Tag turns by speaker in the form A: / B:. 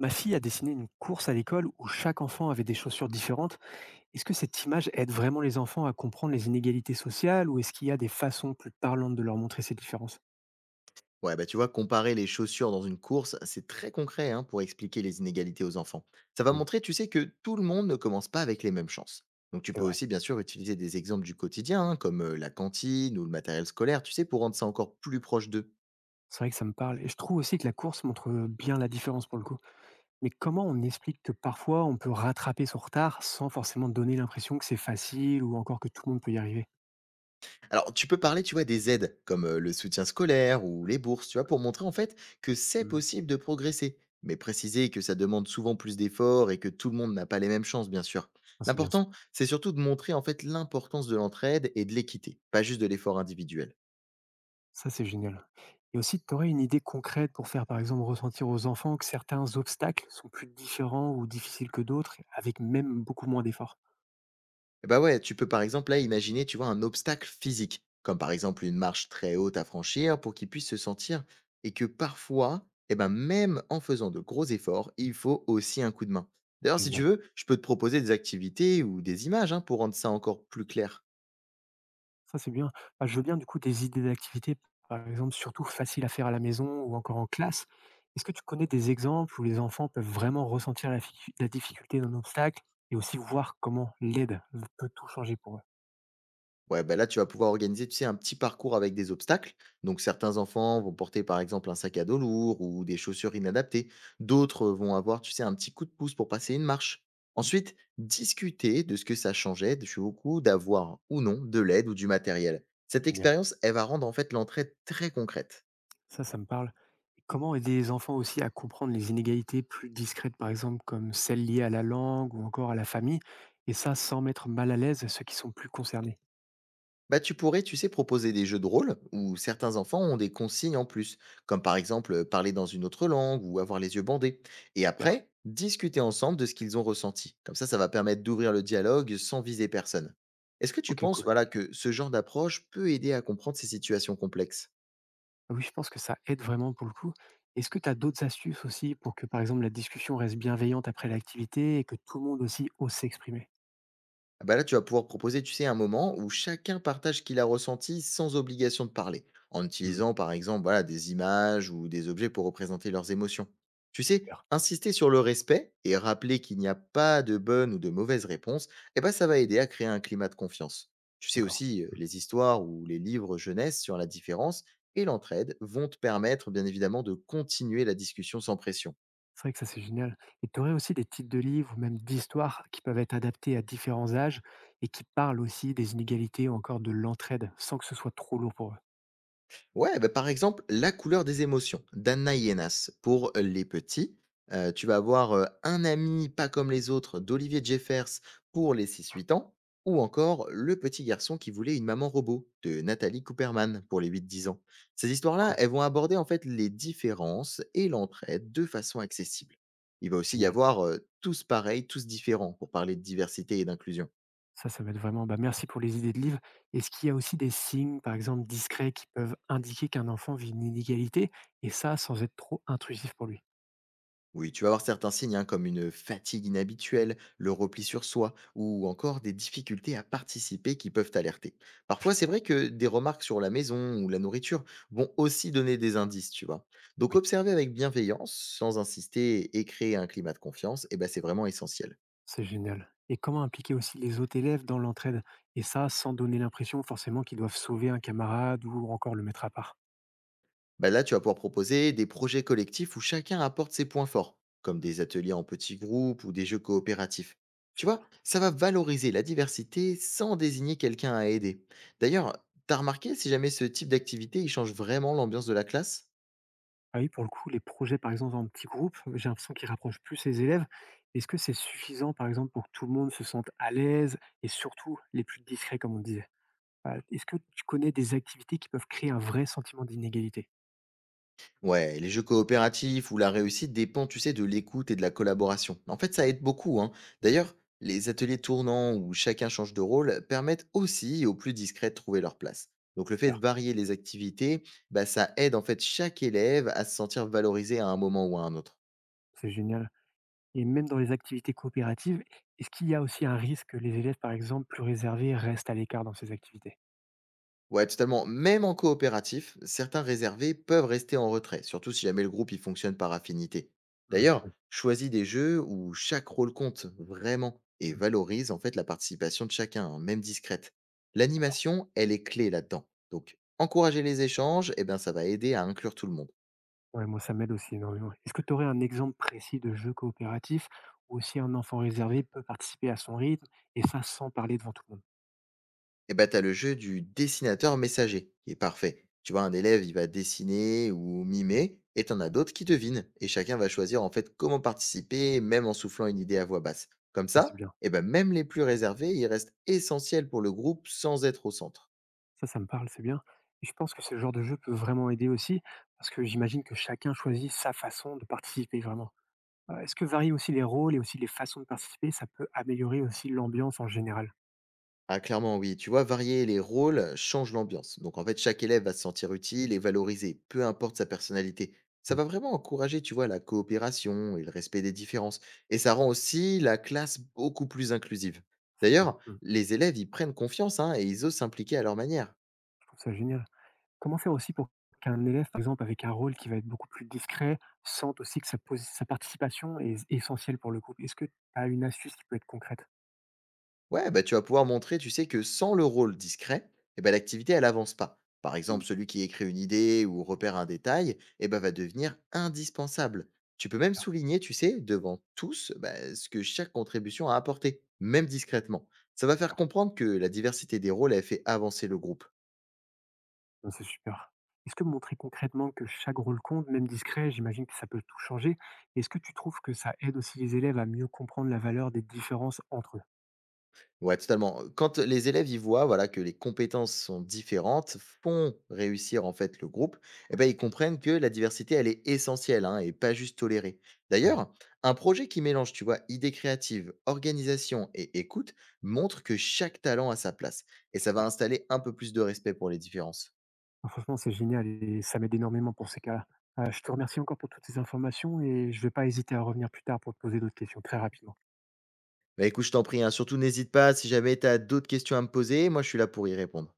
A: Ma fille a dessiné une course à l'école où chaque enfant avait des chaussures différentes. Est-ce que cette image aide vraiment les enfants à comprendre les inégalités sociales, ou est-ce qu'il y a des façons plus parlantes de leur montrer ces différences?
B: Ouais, bah tu vois, comparer les chaussures dans une course, c'est très concret hein, pour expliquer les inégalités aux enfants. Ça va
A: Hmm.
B: montrer, tu sais, que tout le monde ne commence pas avec les mêmes chances. Donc tu
A: C'est
B: peux
A: vrai.
B: aussi, bien sûr, utiliser des exemples du quotidien, hein, comme la cantine ou le matériel scolaire, tu sais, pour rendre ça encore plus proche d'eux.
A: C'est vrai que ça me parle. Et je trouve aussi que la course montre bien la différence pour le coup. Mais comment on explique que parfois on peut rattraper son retard sans forcément donner l'impression que c'est facile, ou encore que tout le monde peut y arriver?
B: Alors, tu peux parler, tu vois, des aides comme le soutien scolaire ou les bourses, tu vois, pour montrer en fait que c'est
A: Hmm,
B: possible de progresser, mais préciser que ça demande souvent plus d'efforts et que tout le monde n'a pas les mêmes chances, bien sûr.
A: ah, c'est bien ça.
B: L'important, c'est surtout de montrer en fait l'importance de l'entraide et de l'équité, pas juste de l'effort individuel.
A: Ça, c'est génial. Et aussi, tu aurais une idée concrète pour faire, par exemple, ressentir aux enfants que certains obstacles sont plus différents ou difficiles que d'autres, avec même beaucoup moins d'efforts.
B: Eh bah ouais, tu peux par exemple là imaginer, tu vois, un obstacle physique, comme par exemple une marche très haute à franchir pour qu'il puisse se sentir et que parfois, eh ben même en faisant de gros efforts, il faut aussi un coup de main. D'ailleurs, si tu
A: Génial.
B: veux, je peux te proposer des activités ou des images hein, pour rendre ça encore plus clair.
A: Ça, c'est bien. Bah, je veux bien, du coup, des idées d'activités, par exemple, surtout faciles à faire à la maison ou encore en classe. Est-ce que tu connais des exemples où les enfants peuvent vraiment ressentir la, la difficulté d'un obstacle, et aussi voir comment l'aide peut tout changer pour eux?
B: Ouais, ben là, tu vas pouvoir organiser, tu sais, un petit parcours avec des obstacles. Donc, certains enfants vont porter, par exemple, un sac à dos lourd ou des chaussures inadaptées. D'autres vont avoir, tu sais, un petit coup de pouce pour passer une marche.
A: Mhm.
B: Ensuite, discuter de ce que ça changeait de chez beaucoup d'avoir ou non de l'aide ou du matériel. Cette
A: Génial.
B: expérience, elle va rendre en fait l'entraide très concrète.
A: Ça me parle. Comment aider les enfants aussi à comprendre les inégalités plus discrètes, par exemple, comme celles liées à la langue ou encore à la famille, et ça sans mettre mal à l'aise ceux qui sont plus concernés?
B: Bah, tu pourrais, tu sais, proposer des jeux de rôle où certains enfants ont des consignes en plus, comme par exemple parler dans une autre langue ou avoir les yeux bandés. Et
A: Super.
B: après, discuter ensemble de ce qu'ils ont ressenti. Comme ça va permettre d'ouvrir le dialogue sans viser personne. Est-ce que tu
A: Ok,
B: penses
A: cool.
B: voilà, que ce genre d'approche peut aider à comprendre ces situations complexes?
A: Ah oui, je pense que ça aide vraiment pour le coup. Est-ce que tu as d'autres astuces aussi pour que, par exemple, la discussion reste bienveillante après l'activité, et que tout le monde aussi ose s'exprimer?
B: Ah bah là, tu vas pouvoir proposer, tu sais, un moment où chacun partage ce qu'il a ressenti sans obligation de parler, en
A: Hmm.
B: utilisant par exemple voilà, des images ou des objets pour représenter leurs émotions. Tu sais,
A: Super.
B: insister sur le respect et rappeler qu'il n'y a pas de bonne ou de mauvaise réponse, eh ben, ça va aider à créer un climat de confiance. Tu sais
A: D'accord.
B: aussi,
A: Hmm.
B: les histoires ou les livres jeunesse sur la différence et l'entraide vont te permettre, bien évidemment, de continuer la discussion sans pression.
A: C'est vrai que ça, c'est génial. Et tu aurais aussi des titres de livres ou même d'histoires qui peuvent être adaptés à différents âges et qui parlent aussi des inégalités ou encore de l'entraide, sans que ce soit trop lourd pour eux.
B: Ouais, bah, par exemple, La couleur des émotions d'Anna Ienas pour les petits. Tu vas avoir Un ami pas comme les autres d'Olivier Jeffers pour les six huit ans. Ou encore Le petit garçon qui voulait une maman robot de Nathalie Cooperman pour les huit dix ans. Ces histoires-là,
A: Cool,
B: elles vont aborder en fait les différences et l'entraide de façon accessible. Il va aussi y
A: génial.
B: avoir Tous pareils, tous différents pour parler de diversité et d'inclusion.
A: Ça va être vraiment bah, merci pour les idées de livres. Est-ce qu'il y a aussi des signes, par exemple, discrets qui peuvent indiquer qu'un enfant vit une inégalité, et ça sans être trop intrusif pour lui?
B: Oui, tu vas avoir certains signes hein, comme une fatigue inhabituelle, le repli sur soi ou encore des difficultés à participer qui peuvent alerter.
A: Je
B: Parfois, c'est vrai
A: comprends.
B: que des remarques sur la maison ou la nourriture vont aussi donner des indices, tu vois. Donc
A: Oui,
B: observer avec bienveillance, sans insister et créer un climat de confiance, eh ben, c'est vraiment essentiel.
A: c'est génial. Et comment impliquer aussi les autres élèves dans l'entraide, et ça sans donner l'impression forcément qu'ils doivent sauver un camarade ou encore le mettre à part?
B: Bah là, tu vas pouvoir proposer des projets collectifs où chacun apporte ses points forts, comme
A: Hmm,
B: des ateliers en petits groupes ou des jeux coopératifs. Tu vois,
A: super.
B: ça va valoriser la diversité sans désigner quelqu'un à aider. D'ailleurs, t'as remarqué si jamais ce type d'activité il change vraiment l'ambiance de la classe?
A: Ah oui, pour le coup, les projets, par exemple, en petit groupe, j'ai l'impression qu'ils rapprochent plus les élèves. Est-ce que c'est suffisant, par exemple, pour que tout le monde se sente à l'aise, et surtout les plus discrets, comme on disait? Est-ce que tu connais des activités qui peuvent créer un vrai sentiment d'inégalité?
B: Ouais, les jeux coopératifs où la réussite dépend, tu sais, de l'écoute et de la collaboration. En fait, ça aide beaucoup, hein. D'ailleurs, les ateliers tournants où chacun change de rôle permettent aussi aux plus discrets de trouver leur place. Donc le fait
A: Super,
B: de varier les activités, bah, ça aide en fait chaque élève à se sentir valorisé à un moment ou à un autre.
A: c'est génial. Et même dans les activités coopératives, est-ce qu'il y a aussi un risque que les élèves, par exemple, plus réservés restent à l'écart dans ces activités?
B: Ouais, totalement. Même en coopératif, certains réservés peuvent rester en retrait, surtout si jamais le groupe il fonctionne par affinité.
A: Mmh,
B: D'ailleurs,
A: oui.
B: choisis des jeux où chaque rôle compte vraiment et
A: Mmh,
B: valorise en fait la participation de chacun, hein, même discrète.
A: d'accord.
B: L'animation, elle est clé là-dedans. Donc, encourager les échanges, eh ben, ça va aider à inclure tout le monde.
A: Ouais, moi, ça m'aide aussi énormément. Est-ce que tu aurais un exemple précis de jeu coopératif où aussi un enfant réservé peut participer à son rythme, et ça sans parler devant tout le monde?
B: Et bah, tu as le jeu du dessinateur messager qui est parfait. Tu vois, un élève, il va dessiner ou mimer, et t'en as d'autres qui devinent. Et chacun va choisir en fait comment participer, même en soufflant une idée à voix basse. Comme
A: Ah,
B: ça,
A: c'est bien.
B: et ben même les plus réservés, ils restent essentiels pour le groupe sans être au centre.
A: Ça me parle, c'est bien, et je pense que ce genre de jeu peut vraiment aider aussi, parce que j'imagine que chacun choisit sa façon de participer vraiment. Est-ce que varier aussi les rôles et aussi les façons de participer, ça peut améliorer aussi l'ambiance en général?
B: Ah, clairement, oui. Tu vois, varier les rôles change l'ambiance. Donc, en fait, chaque élève va se sentir utile et valorisé, peu importe sa personnalité. Ça va
A: Oui.
B: vraiment encourager, tu vois, la coopération et le respect des différences. Et ça rend aussi la classe beaucoup plus inclusive.
A: C'est bien,
B: D'ailleurs,
A: mmh,
B: les élèves, ils prennent confiance hein, et ils osent s'impliquer à leur manière.
A: je trouve ça génial. Comment faire aussi pour qu'un élève, par exemple, avec un rôle qui va être beaucoup plus discret, sente aussi que sa participation est essentielle pour le groupe? Est-ce que tu as une astuce qui peut être concrète?
B: Ouais, bah, tu vas pouvoir montrer, tu sais, que sans le rôle discret, eh ben, l'activité, elle avance pas. Par
A: Mmh.
B: exemple, celui qui écrit une idée ou repère un détail, eh ben, va devenir indispensable. Tu peux même
A: Super,
B: souligner, tu sais, devant tous, bah, ce que chaque contribution a apporté, même discrètement. Ça va faire
A: d'accord.
B: comprendre que la diversité des rôles, elle fait avancer le groupe.
A: Non, c'est super. Est-ce que montrer concrètement que chaque rôle compte, même discret, j'imagine que ça peut tout changer. Est-ce que tu trouves que ça aide aussi les élèves à mieux comprendre la valeur des différences entre eux?
B: Ouais, totalement. Quand les élèves y voient, voilà, que les compétences sont différentes, font réussir en fait le groupe, eh ben, ils comprennent que la diversité, elle est essentielle hein, et pas juste tolérée.
A: Mmh.
B: D'ailleurs, un projet qui mélange, tu vois, idées créatives, organisation et écoute montre que chaque talent a sa place. Et ça va
A: Super.
B: installer un peu plus de respect pour les différences.
A: Ah, franchement, c'est génial et ça m'aide énormément pour ces cas-là. Je te remercie encore pour toutes ces informations et je ne vais pas hésiter à revenir plus tard pour te poser d'autres questions très rapidement.
B: Bah écoute, je t'en prie, hein, surtout n'hésite pas si jamais tu as d'autres questions à me poser, moi je suis là pour y répondre.